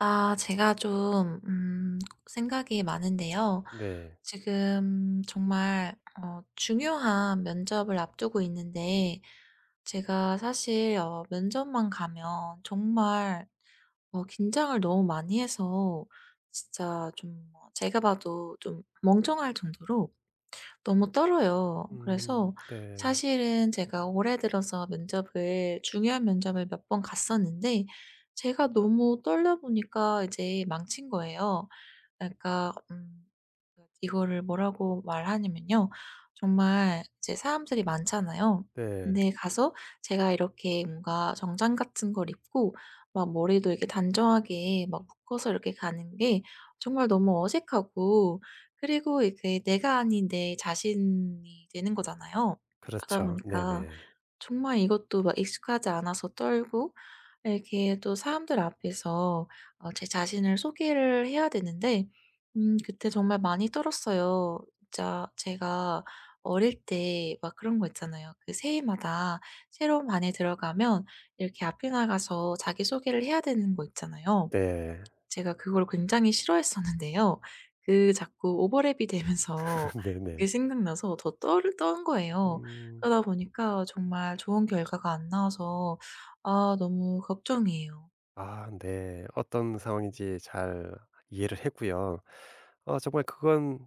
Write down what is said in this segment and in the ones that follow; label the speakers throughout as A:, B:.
A: 아 제가 좀 생각이 많은데요.
B: 네.
A: 지금 정말 중요한 면접을 앞두고 있는데, 제가 사실 면접만 가면 정말 긴장을 너무 많이 해서, 진짜 좀 제가 봐도 좀 멍청할 정도로 너무 떨어요. 그래서
B: 네.
A: 사실은 제가 올해 들어서 면접을, 중요한 면접을 몇 번 갔었는데, 제가 너무 떨려 보니까 이제 망친 거예요. 그러니까 이거를 뭐라고 말하냐면요, 정말 이제 사람들이 많잖아요.
B: 네.
A: 근데 가서 제가 이렇게 뭔가 정장 같은 걸 입고, 막 머리도 이렇게 단정하게 막 묶어서 이렇게 가는 게 정말 너무 어색하고, 그리고 이게 내가 아닌 내 자신이 되는 거잖아요. 그러다
B: 그렇죠.
A: 보니까
B: 네네.
A: 정말 이것도 막 익숙하지 않아서 떨고, 이렇게 또 사람들 앞에서 제 자신을 소개를 해야 되는데, 그때 정말 많이 떨었어요. 진짜 제가 어릴 때 막 그런 거 있잖아요. 그 새해마다 새로운 반에 들어가면 이렇게 앞에 나가서 자기소개를 해야 되는 거 있잖아요.
B: 네.
A: 제가 그걸 굉장히 싫어했었는데요. 그 자꾸 오버랩이 되면서
B: 네.
A: 그게
B: 네.
A: 생각나서 더 떠를 떤 거예요.
B: 음.
A: 그러다 보니까 정말 좋은 결과가 안 나와서, 아 너무 걱정이에요.
B: 아 네. 어떤 상황인지 잘 이해를 했고요. 정말 그건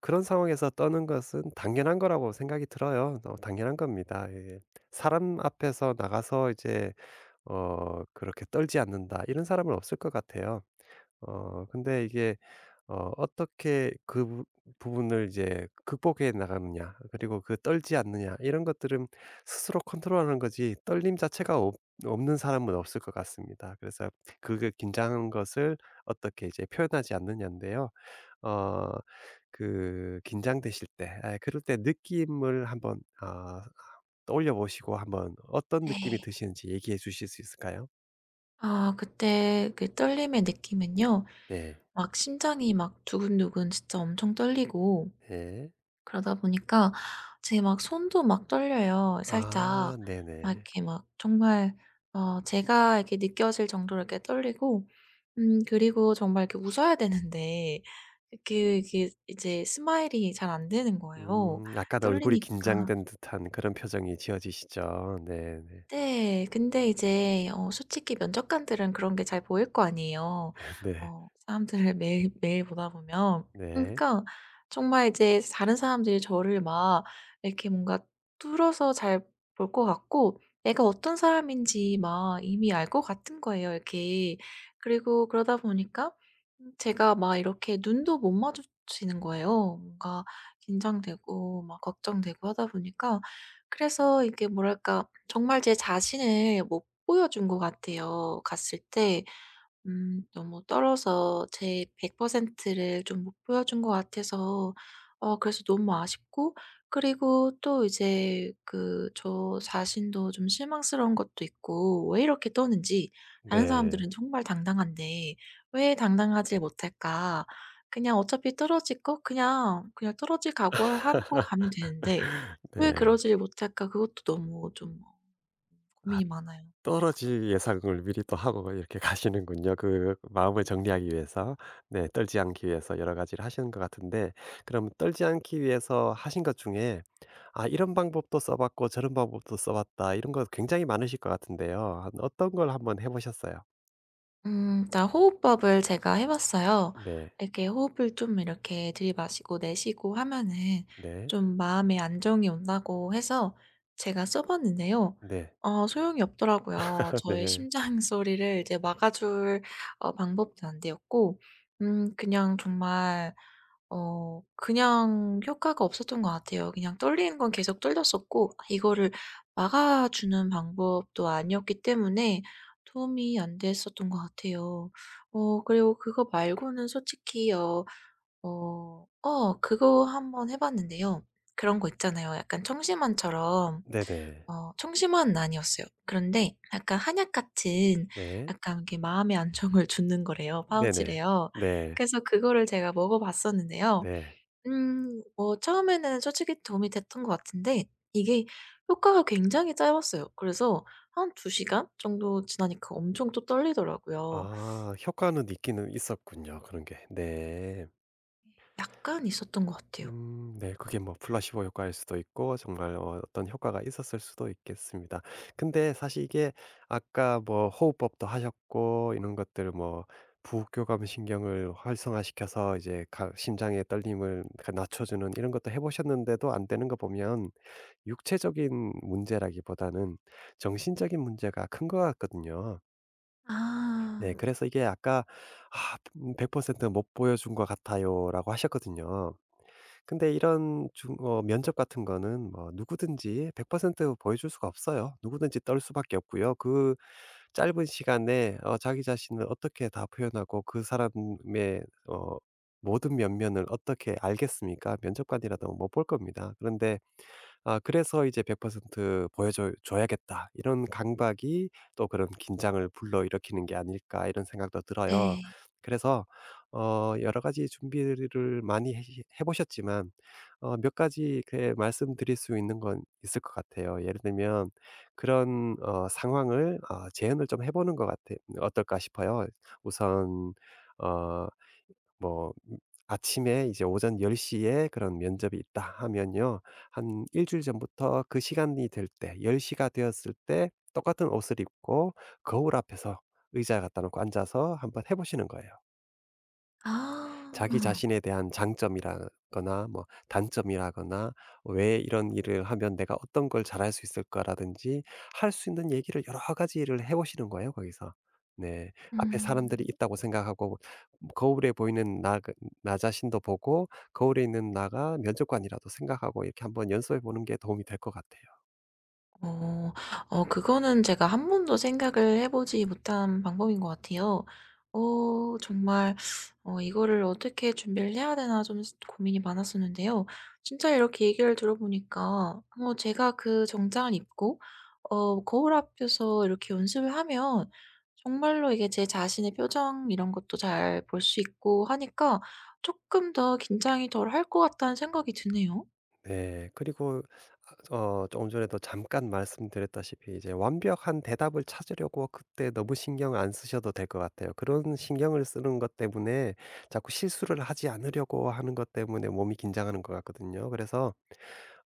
B: 그런 상황에서 떠는 것은 당연한 거라고 생각이 들어요. 당연한 겁니다. 예. 사람 앞에서 나가서 이제 그렇게 떨지 않는다 이런 사람은 없을 것 같아요. 근데 이게 어떻게 그 부 부분을 이제 극복해 나가느냐 그리고 그 떨지 않느냐 이런 것들은 스스로 컨트롤하는 거지 떨림 자체가 없 없는 사람은 없을 것 같습니다. 그래서 그 긴장한 것을 어떻게 이제 표현하지 않느냐인데요. 어 그 긴장되실 때 그럴 때 느낌을 한번 떠올려 보시고 한번 어떤 느낌이
A: 네.
B: 드시는지 얘기해 주실 수 있을까요?
A: 아 그때 그 떨림의 느낌은요,
B: 네.
A: 막 심장이 막 두근두근 진짜 엄청 떨리고,
B: 네.
A: 그러다 보니까 제 막 손도 막 떨려요. 살짝
B: 아
A: 막
B: 네네.
A: 이렇게 막 정말 제가 이렇게 느껴질 정도로 이렇게 떨리고, 그리고 정말 이렇게 웃어야 되는데 그 이게 이제 스마일이 잘 안 되는 거예요,
B: 음. 약간 얼굴이
A: 떨리니까.
B: 긴장된 듯한 그런 표정이 지어지시죠. 네네. 네.
A: 네. 근데 이제 솔직히 면접관들은 그런 게 잘 보일 거 아니에요.
B: 네.
A: 사람들을 매일매일 보다 보면.
B: 네.
A: 그러니까 정말 이제 다른 사람들이 저를 막 이렇게 뭔가 뚫어서 잘 볼 것 같고, 내가 어떤 사람인지 막 이미 알 것 같은 거예요, 이렇게. 그리고 그러다 보니까 제가 막 이렇게 눈도 못 마주치는 거예요. 뭔가 긴장되고 막 걱정되고 하다 보니까, 그래서 이게 뭐랄까 정말 제 자신을 못 보여준 것 같아요, 갔을 때. 너무 떨어서 제 100%를 좀 못 보여준 것 같아서, 그래서 너무 아쉽고, 그리고 또 이제 그 저 자신도 좀 실망스러운 것도 있고, 왜 이렇게 떠는지, 다른 사람들은
B: 네.
A: 정말 당당한데 왜 당당하지 못할까? 그냥 어차피 떨어질 거 그냥 떨어질 각오를 하고 가면 되는데, 왜
B: 네.
A: 그러지를 못할까? 그것도 너무 좀
B: 아
A: 고민이 많아요.
B: 떨어질 예상을 미리 또 하고 이렇게 가시는군요. 그 마음을 정리하기 위해서. 네. 떨지 않기 위해서 여러 가지를 하시는 것 같은데 그럼 떨지 않기 위해서 하신 것 중에 '아 이런 방법도 써 봤고 저런 방법도 써 봤다.' 이런 거 굉장히 많으실 것 같은데요. 한 어떤 걸 한번 해 보셨어요?
A: 일단 호흡법을 제가 해 봤어요.
B: 네.
A: 이렇게 호흡을 좀 이렇게 들이마시고 내쉬고 하면은
B: 네.
A: 좀 마음에 안정이 온다고 해서 제가 써 봤는데요.
B: 네.
A: 소용이 없더라고요. 저의
B: 네.
A: 심장 소리를 이제 막아 줄 방법도 안 되었고, 그냥 정말 그냥 효과가 없었던 것 같아요. 그냥 떨리는 건 계속 떨렸었고, 이거를 막아주는 방법도 아니었기 때문에 도움이 안 됐었던 것 같아요. 그리고 그거 말고는 솔직히 그거 한번 해 봤는데요. 그런 거 있잖아요. 약간 청심환처럼,
B: 네네.
A: 청심환은 아니었어요. 그런데 약간 한약 같은,
B: 네.
A: 약간 이렇게 마음의 안정을 주는 거래요.
B: 네네.
A: 파우치래요.
B: 네.
A: 그래서 그거를 제가 먹어 봤었는데요.
B: 네.
A: 뭐 처음에는 솔직히 도움이 됐던 것 같은데, 이게 효과가 굉장히 짧았어요. 그래서 한 두 시간 정도 지나니까 엄청 또 떨리더라고요.
B: 아 효과는 있기는 있었군요 그런 게. 네.
A: 약간 있었던 것 같아요.
B: 네. 그게 뭐 플라시보 효과일 수도 있고 정말 어떤 효과가 있었을 수도 있겠습니다. 근데 사실 이게 아까 뭐 호흡법도 하셨고 이런 것들 뭐 부교감 신경을 활성화시켜서 이제 가 심장의 떨림을 그 낮춰 주는 이런 것도 해 보셨는데도 안 되는 거 보면 육체적인 문제라기보다는 정신적인 문제가 큰 것 같거든요. 네
A: 아.
B: 그래서 이게 아까 "아 100% 못 보여준 것 같아요."라고 하셨거든요. 근데 이런 중 면접 같은 거는 뭐 누구든지 100% 보여줄 수가 없어요. 누구든지 떨 수밖에 없고요. 그 짧은 시간에 자기 자신을 어떻게 다 표현하고 그 사람의 어 모든 면면을 어떻게 알겠습니까? 면접관이라도 못 볼 겁니다. 그런데 아 그래서 이제 '100% 보여줘 줘야겠다.' 이런 강박이 또 그런 긴장을 불러일으키는 게 아닐까 이런 생각도 들어요.
A: 네.
B: 그래서 여러 가지 준비를 많이 해 보셨지만 몇 가지 그 말씀드릴 수 있는 건 있을 것 같아요. 예를 들면 그런 상황을 재현을 좀 해 보는 것 같아 어떨까 싶어요. 우선 어 뭐 아침에 이제 오전 10시에 그런 면접이 있다 하면요. 한 일 주일 전부터 그 시간이 될 때 10시가 되었을 때 똑같은 옷을 입고 거울 앞에서 의자 갖다 놓고 앉아서 한번 해 보시는 거예요. 자기
A: 아.
B: 자신에 대한 장점이라거나 뭐 단점이라거나 왜 이런 일을 하면 내가 어떤 걸 잘할 수 있을까라든지 할 수 있는 얘기를 여러 가지를 해 보시는 거예요, 거기서. 네. 앞에 사람들이
A: 음.
B: 있다고 생각하고 뭐 거울에 보이는 나 그 나 자신도 보고 거울에 있는 나가 면접관이라도 생각하고 이렇게 한번 연습해 보는 게 도움이 될 것 같아요.
A: 어. 그거는 제가 한 번도 생각을 해 보지 못한 방법인 것 같아요. 정말 이거를 어떻게 준비를 해야 되나 좀 고민이 많았었는데요. 진짜 이렇게 얘기를 들어 보니까 뭐 제가 그 정장을 입고 거울 앞에서 이렇게 연습을 하면 정말로 이게 제 자신의 표정 이런 것도 잘 볼 수 있고 하니까 조금 더 긴장이 덜 할 것 같다는 생각이 드네요.
B: 네. 그리고 조금 전에도 잠깐 말씀드렸다시피 이제 완벽한 대답을 찾으려고 그때 너무 신경 안 쓰셔도 될 것 같아요. 그런 신경을 쓰는 것 때문에 자꾸 실수를 하지 않으려고 하는 것 때문에 몸이 긴장하는 것 같거든요. 그래서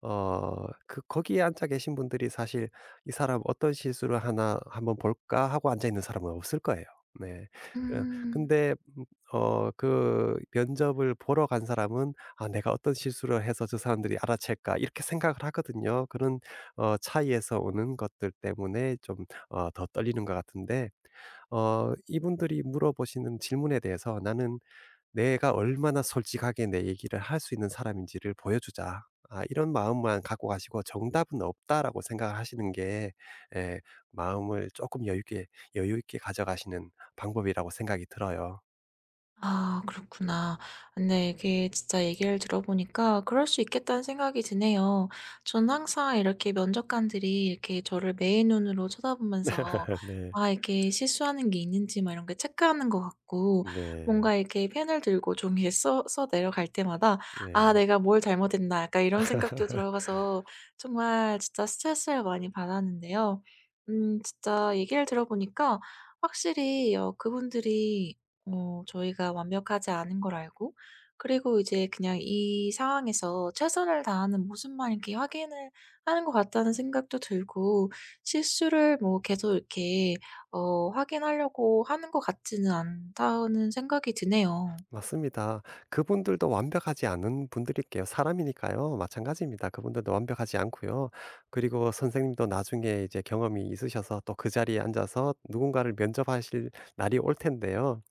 B: 그 거기에 앉아 계신 분들이 사실 '이 사람 어떤 실수를 하나 한번 볼까?' 하고 앉아 있는 사람은 없을 거예요. 네. 그
A: 음.
B: 근데 그 면접을 보러 간 사람은 '아 내가 어떤 실수를 해서 저 사람들이 알아챌까?' 이렇게 생각을 하거든요. 그런 차이에서 오는 것들 때문에 좀 더 떨리는 것 같은데 이분들이 물어보시는 질문에 대해서 '나는 '내가 얼마나 솔직하게 내 얘기를 할 수 있는 사람인지를 보여주자.' 아 이런 마음만 갖고 가시고 '정답은 없다.'라고 생각을 하시는 게 예 마음을 조금 여유 있게 여유 있게 가져가시는 방법이라고 생각이 들어요.
A: 아 그렇구나. 근데 이게 진짜 얘기를 들어보니까 그럴 수 있겠다는 생각이 드네요. 저는 항상 이렇게 면접관들이 이렇게 저를 매의 눈으로 쳐다보면서
B: 네.
A: 아 이게 실수하는 게 있는지 막 이런 게 체크하는 것 같고,
B: 네.
A: 뭔가 이렇게 펜을 들고 종이에 써 내려갈 때마다 '아
B: 네.
A: 내가 뭘 잘못했나.' 약간 이런 생각도 들어가서 정말 진짜 스트레스를 많이 받았는데요. 진짜 얘기를 들어보니까 확실히 그분들이 저희가 완벽하지 않은 걸 알고, 그리고 이제 그냥 이 상황에서 최선을 다하는 모습만 이렇게 확인을 하는 것 같다는 생각도 들고, 실수를 뭐 계속 이렇게 확인하려고 하는 것 같지는 않다는 생각이 드네요.
B: 맞습니다. 그분들도 완벽하지 않은 분들일게요. 사람이니까요. 마찬가지입니다. 그분들도 완벽하지 않고요. 그리고 선생님도 나중에 이제 경험이 있으셔서 또 그 자리에 앉아서 누군가를 면접하실 날이 올 텐데요.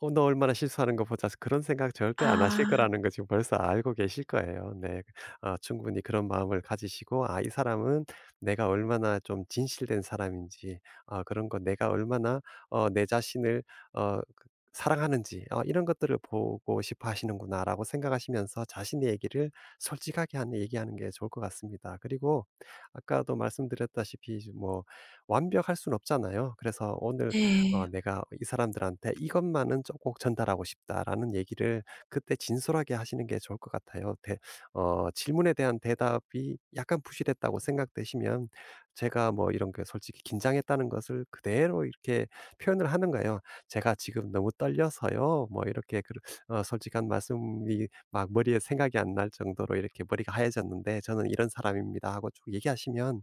B: '너 얼마나 실수하는 거 보자.' 그런 생각 절대 안 하실
A: 아
B: 거라는 거 지금 벌써 알고 계실 거예요. 네. 아 충분히 그런 마음을 가지시고 '아 이 사람은 내가 얼마나 좀 진실된 사람인지 아 그런 거 내가 얼마나 내 자신을 그 사랑하는지 아 이런 것들을 보고 싶어 하시는구나.'라고 생각하시면서 자신의 얘기를 솔직하게 한 얘기하는 게 좋을 것 같습니다. 그리고 아까도 말씀드렸다시피 뭐 완벽할 수는 없잖아요. 그래서 오늘
A: 네.
B: '내가 이 사람들한테 이것만은 좀 꼭 전달하고 싶다.'라는 얘기를 그때 진솔하게 하시는 게 좋을 것 같아요. 대 어 질문에 대한 대답이 약간 부실했다고 생각되시면 제가 뭐 이런 게 솔직히 긴장했다는 것을 그대로 이렇게 표현을 하는 거예요. "제가 지금 너무 떨려서요." 뭐 이렇게 그 솔직한 말씀이 막 머리에 생각이 안 날 정도로 이렇게 머리가 하얘졌는데 "저는 이런 사람입니다." 하고 쭉 얘기하시면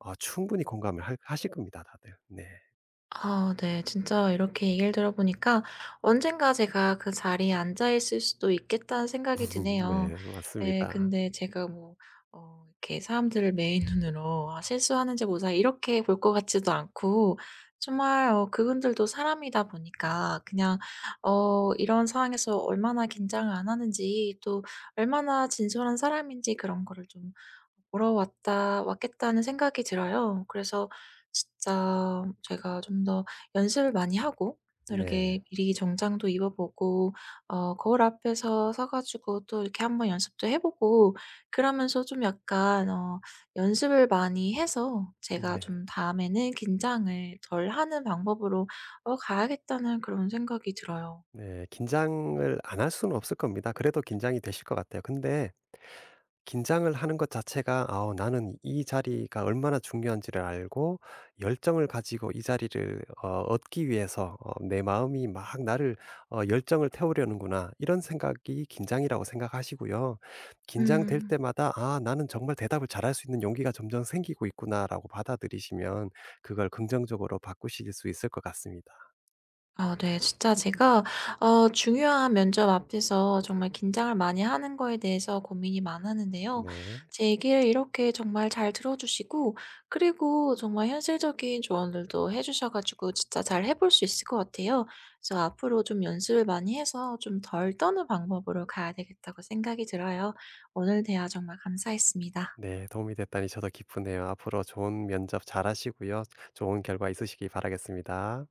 B: 충분히 공감을 할 하실 겁니다 다들. 네.
A: 아 네. 진짜 이렇게 얘기를 들어보니까 언젠가 제가 그 자리에 앉아 있을 수도 있겠다는 생각이 드네요.
B: 네.
A: 네,
B: 맞습니다.
A: 근데 제가 뭐 이렇게 사람들을 매인 눈으로 '아 실수하는지 보자.' 이렇게 볼 것 같지도 않고, 정말 그분들도 사람이다 보니까 그냥 이런 상황에서 얼마나 긴장을 안 하는지, 또 얼마나 진솔한 사람인지 그런 거를 좀 보러 왔다 왔겠다는 생각이 들어요. 그래서 진짜 제가 좀 더 연습을 많이 하고, 또
B: 네.
A: 이렇게 미리 정장도 입어 보고, 거울 앞에서 서 가지고 또 이렇게 한번 연습도 해 보고, 그러면서 좀 약간 연습을 많이 해서 제가
B: 네.
A: 좀 '다음에는 긴장을 덜 하는 방법으로 가야겠다.'는 그런 생각이 들어요.
B: 네. 긴장을 안 할 수는 없을 겁니다. 그래도 긴장이 되실 것 같아요. 근데 긴장을 하는 것 자체가 '아 나는 이 자리가 얼마나 중요한지를 알고 열정을 가지고 이 자리를 얻기 위해서 내 마음이 막 나를 열정을 태우려는구나.' 이런 생각이 긴장이라고 생각하시고요. 긴장될
A: 음.
B: 때마다 '아 나는 정말 대답을 잘할 수 있는 용기가 점점 생기고 있구나.'라고 받아들이시면 그걸 긍정적으로 바꾸실 수 있을 것 같습니다.
A: 아 네. 진짜 제가 중요한 면접 앞에서 정말 긴장을 많이 하는 거에 대해서 고민이 많았는데요.
B: 네.
A: 제 얘기를 이렇게 정말 잘 들어 주시고, 그리고 정말 현실적인 조언들도 해 주셔 가지고 진짜 잘 해볼 수 있을 것 같아요. 그래서 앞으로 좀 연습을 많이 해서 좀 덜 떠는 방법으로 가야 되겠다고 생각이 들어요. 오늘 대화 정말 감사했습니다.
B: 네. 도움이 됐다니 저도 기쁘네요. 앞으로 좋은 면접 잘하시고요. 좋은 결과 있으시기 바라겠습니다.